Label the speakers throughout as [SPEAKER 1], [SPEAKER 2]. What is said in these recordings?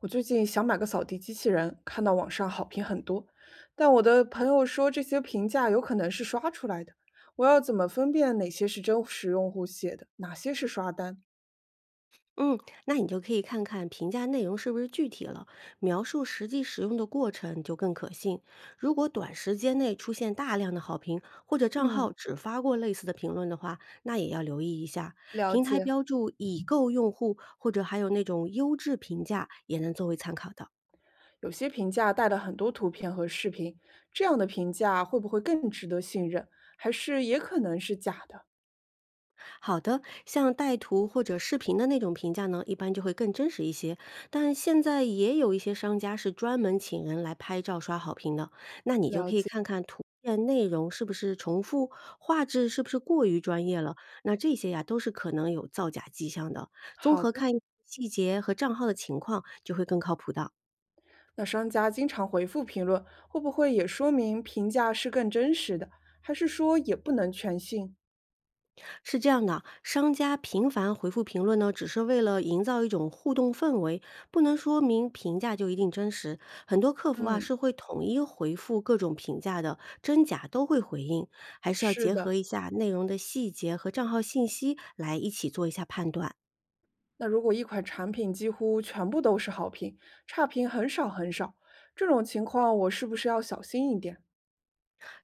[SPEAKER 1] 我最近想买个扫地机器人，看到网上好评很多，但我的朋友说这些评价有可能是刷出来的。我要怎么分辨哪些是真实用户写的，哪些是刷单？
[SPEAKER 2] 嗯，那你就可以看看评价内容是不是具体了，描述实际使用的过程就更可信。如果短时间内出现大量的好评，或者账
[SPEAKER 1] 嗯，
[SPEAKER 2] 号只发过类似的评论的话，那也要留意一下。
[SPEAKER 1] 了
[SPEAKER 2] 平台
[SPEAKER 1] 解。
[SPEAKER 2] 标注已购用户，或者还有那种优质评价，也能作为参考的。
[SPEAKER 1] 有些评价带了很多图片和视频，这样的评价会不会更值得信任？还是也可能是假的？
[SPEAKER 2] 好的，像带图或者视频的那种评价呢，一般就会更真实一些。但现在也有一些商家是专门请人来拍照刷好评的，那你就可
[SPEAKER 1] 了
[SPEAKER 2] 以
[SPEAKER 1] 解。
[SPEAKER 2] 看看图片内容是不是重复，画质是不是过于专业了。那这些呀，都是可能有造假迹象的。综
[SPEAKER 1] 好
[SPEAKER 2] 合
[SPEAKER 1] 的，
[SPEAKER 2] 看一些细节和账号的情况，就会更靠谱的。
[SPEAKER 1] 那商家经常回复评论，会不会也说明评价是更真实的？还是说也不能全信？
[SPEAKER 2] 是这样的，商家频繁回复评论呢，只是为了营造一种互动氛围，不能说明评价就一定真实。很多客服啊
[SPEAKER 1] 嗯，
[SPEAKER 2] 是会统一回复各种评价的，真假都会回应，还是要
[SPEAKER 1] 是
[SPEAKER 2] 结合
[SPEAKER 1] 的。
[SPEAKER 2] 一下内容的细节和账号信息来一起做一下判断。
[SPEAKER 1] 那如果一款产品几乎全部都是好评，差评很少很少，这种情况我是不是要小心一点？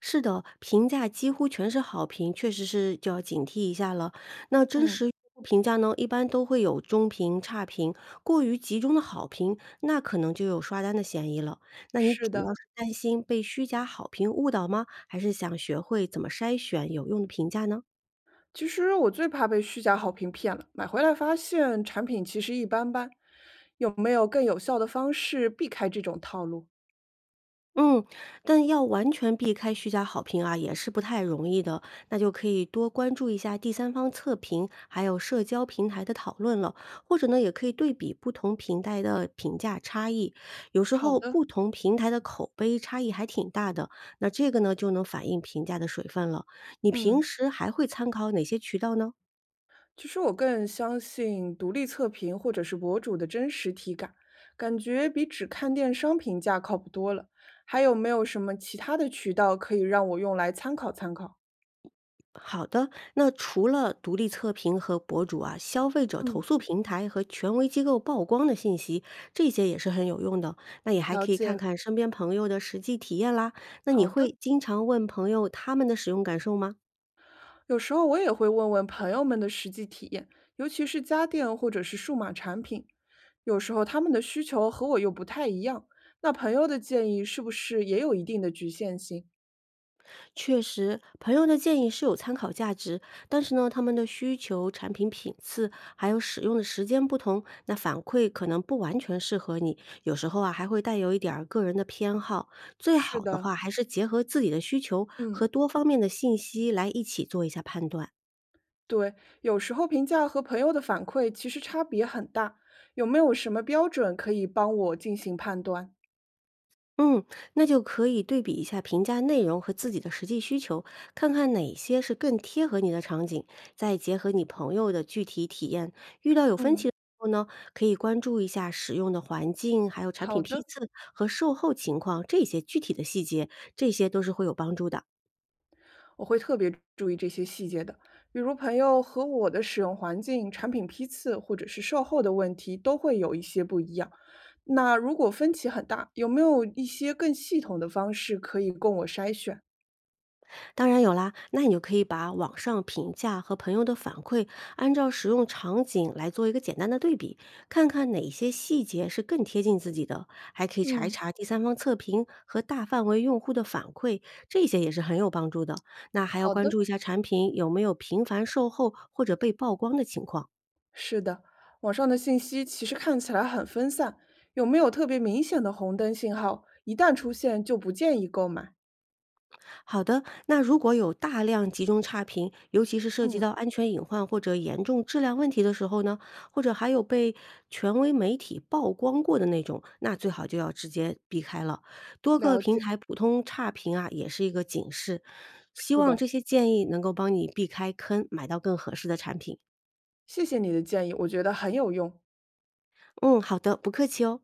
[SPEAKER 2] 是的，评价几乎全是好评，确实是就要警惕一下了。那真
[SPEAKER 1] 嗯，
[SPEAKER 2] 实用户评价呢，一般都会有中评、差评，过于集中的好评，那可能就有刷单的嫌疑了。那你
[SPEAKER 1] 是
[SPEAKER 2] 主
[SPEAKER 1] 的，
[SPEAKER 2] 要是担心被虚假好评误导吗？还是想学会怎么筛选有用的评价呢？
[SPEAKER 1] 其实我最怕被虚假好评骗了，买回来发现产品其实一般般。有没有更有效的方式避开这种套路？
[SPEAKER 2] 嗯，但要完全避开虚假好评啊，也是不太容易的。那就可以多关注一下第三方测评，还有社交平台的讨论了，或者呢，也可以对比不同平台的评价差异。有时
[SPEAKER 1] 好
[SPEAKER 2] 候
[SPEAKER 1] 的，
[SPEAKER 2] 不同平台的口碑差异还挺大的，那这个呢就能反映评价的水分了。你平
[SPEAKER 1] 嗯，
[SPEAKER 2] 时还会参考哪些渠道呢？
[SPEAKER 1] 其实我更相信独立测评或者是博主的真实体感，感觉比只看电商评价靠谱多了。还有没有什么其他的渠道可以让我用来参考参考？
[SPEAKER 2] 好的，那除了独立测评和博主啊，消费者投
[SPEAKER 1] 嗯，
[SPEAKER 2] 诉平台和权威机构曝光的信息，这些也是很有用的。那也还
[SPEAKER 1] 了
[SPEAKER 2] 可以看
[SPEAKER 1] 解，
[SPEAKER 2] 看身边朋友的实际体验啦。那你
[SPEAKER 1] 好的。
[SPEAKER 2] 会经常问朋友他们的使用感受吗？
[SPEAKER 1] 有时候我也会问问朋友们的实际体验，尤其是家电或者是数码产品，有时候他们的需求和我又不太一样，那朋友的建议是不是也有一定的局限性？
[SPEAKER 2] 确实，朋友的建议是有参考价值，但是呢，他们的需求、产品品次还有使用的时间不同，那反馈可能不完全适合你。有时候啊，还会带有一点儿个人的偏好。最
[SPEAKER 1] 是
[SPEAKER 2] 好的话，
[SPEAKER 1] 的，
[SPEAKER 2] 还是结合自己的需求和
[SPEAKER 1] 嗯，
[SPEAKER 2] 多方面的信息来一起做一下判断。
[SPEAKER 1] 对，有时候评价和朋友的反馈其实差别很大，有没有什么标准可以帮我进行判断？
[SPEAKER 2] 嗯，那就可以对比一下评价内容和自己的实际需求，看看哪些是更贴合你的场景，再结合你朋友的具体体验，遇到有分歧
[SPEAKER 1] 嗯，
[SPEAKER 2] 的时候呢，可以关注一下使用的环境，还有产
[SPEAKER 1] 好
[SPEAKER 2] 品批
[SPEAKER 1] 的。
[SPEAKER 2] 次和售后情况这些具体的细节，这些都是会有帮助的。
[SPEAKER 1] 我会特别注意这些细节的，比如朋友和我的使用环境、产品批次或者是售后的问题都会有一些不一样。那如果分歧很大，有没有一些更系统的方式可以供我筛选？
[SPEAKER 2] 当然有啦，那你就可以把网上评价和朋友的反馈，按照使用场景来做一个简单的对比，看看哪些细节是更贴近自己的，还可以查一
[SPEAKER 1] 嗯，
[SPEAKER 2] 查第三方测评和大范围用户的反馈，这些也是很有帮助的。那还要
[SPEAKER 1] 好
[SPEAKER 2] 关
[SPEAKER 1] 的，
[SPEAKER 2] 注一下产品有没有频繁售后或者被曝光的情况。
[SPEAKER 1] 是的，网上的信息其实看起来很分散，有没有特别明显的红灯信号？一旦出现就不建议购买。
[SPEAKER 2] 好的，那如果有大量集中差评，尤其是涉及
[SPEAKER 1] 嗯，
[SPEAKER 2] 到安全隐患或者严重质量问题的时候呢，或者还有被权威媒体曝光过的那种，那最好就要直接避开了。多个
[SPEAKER 1] 了
[SPEAKER 2] 平
[SPEAKER 1] 解，
[SPEAKER 2] 台普通差评啊，也是一个警示。希
[SPEAKER 1] 是
[SPEAKER 2] 望
[SPEAKER 1] 的，
[SPEAKER 2] 这些建议能够帮你避开坑，买到更合适的产品。
[SPEAKER 1] 谢谢你的建议，我觉得很有用。
[SPEAKER 2] 嗯，好的，不客气哦。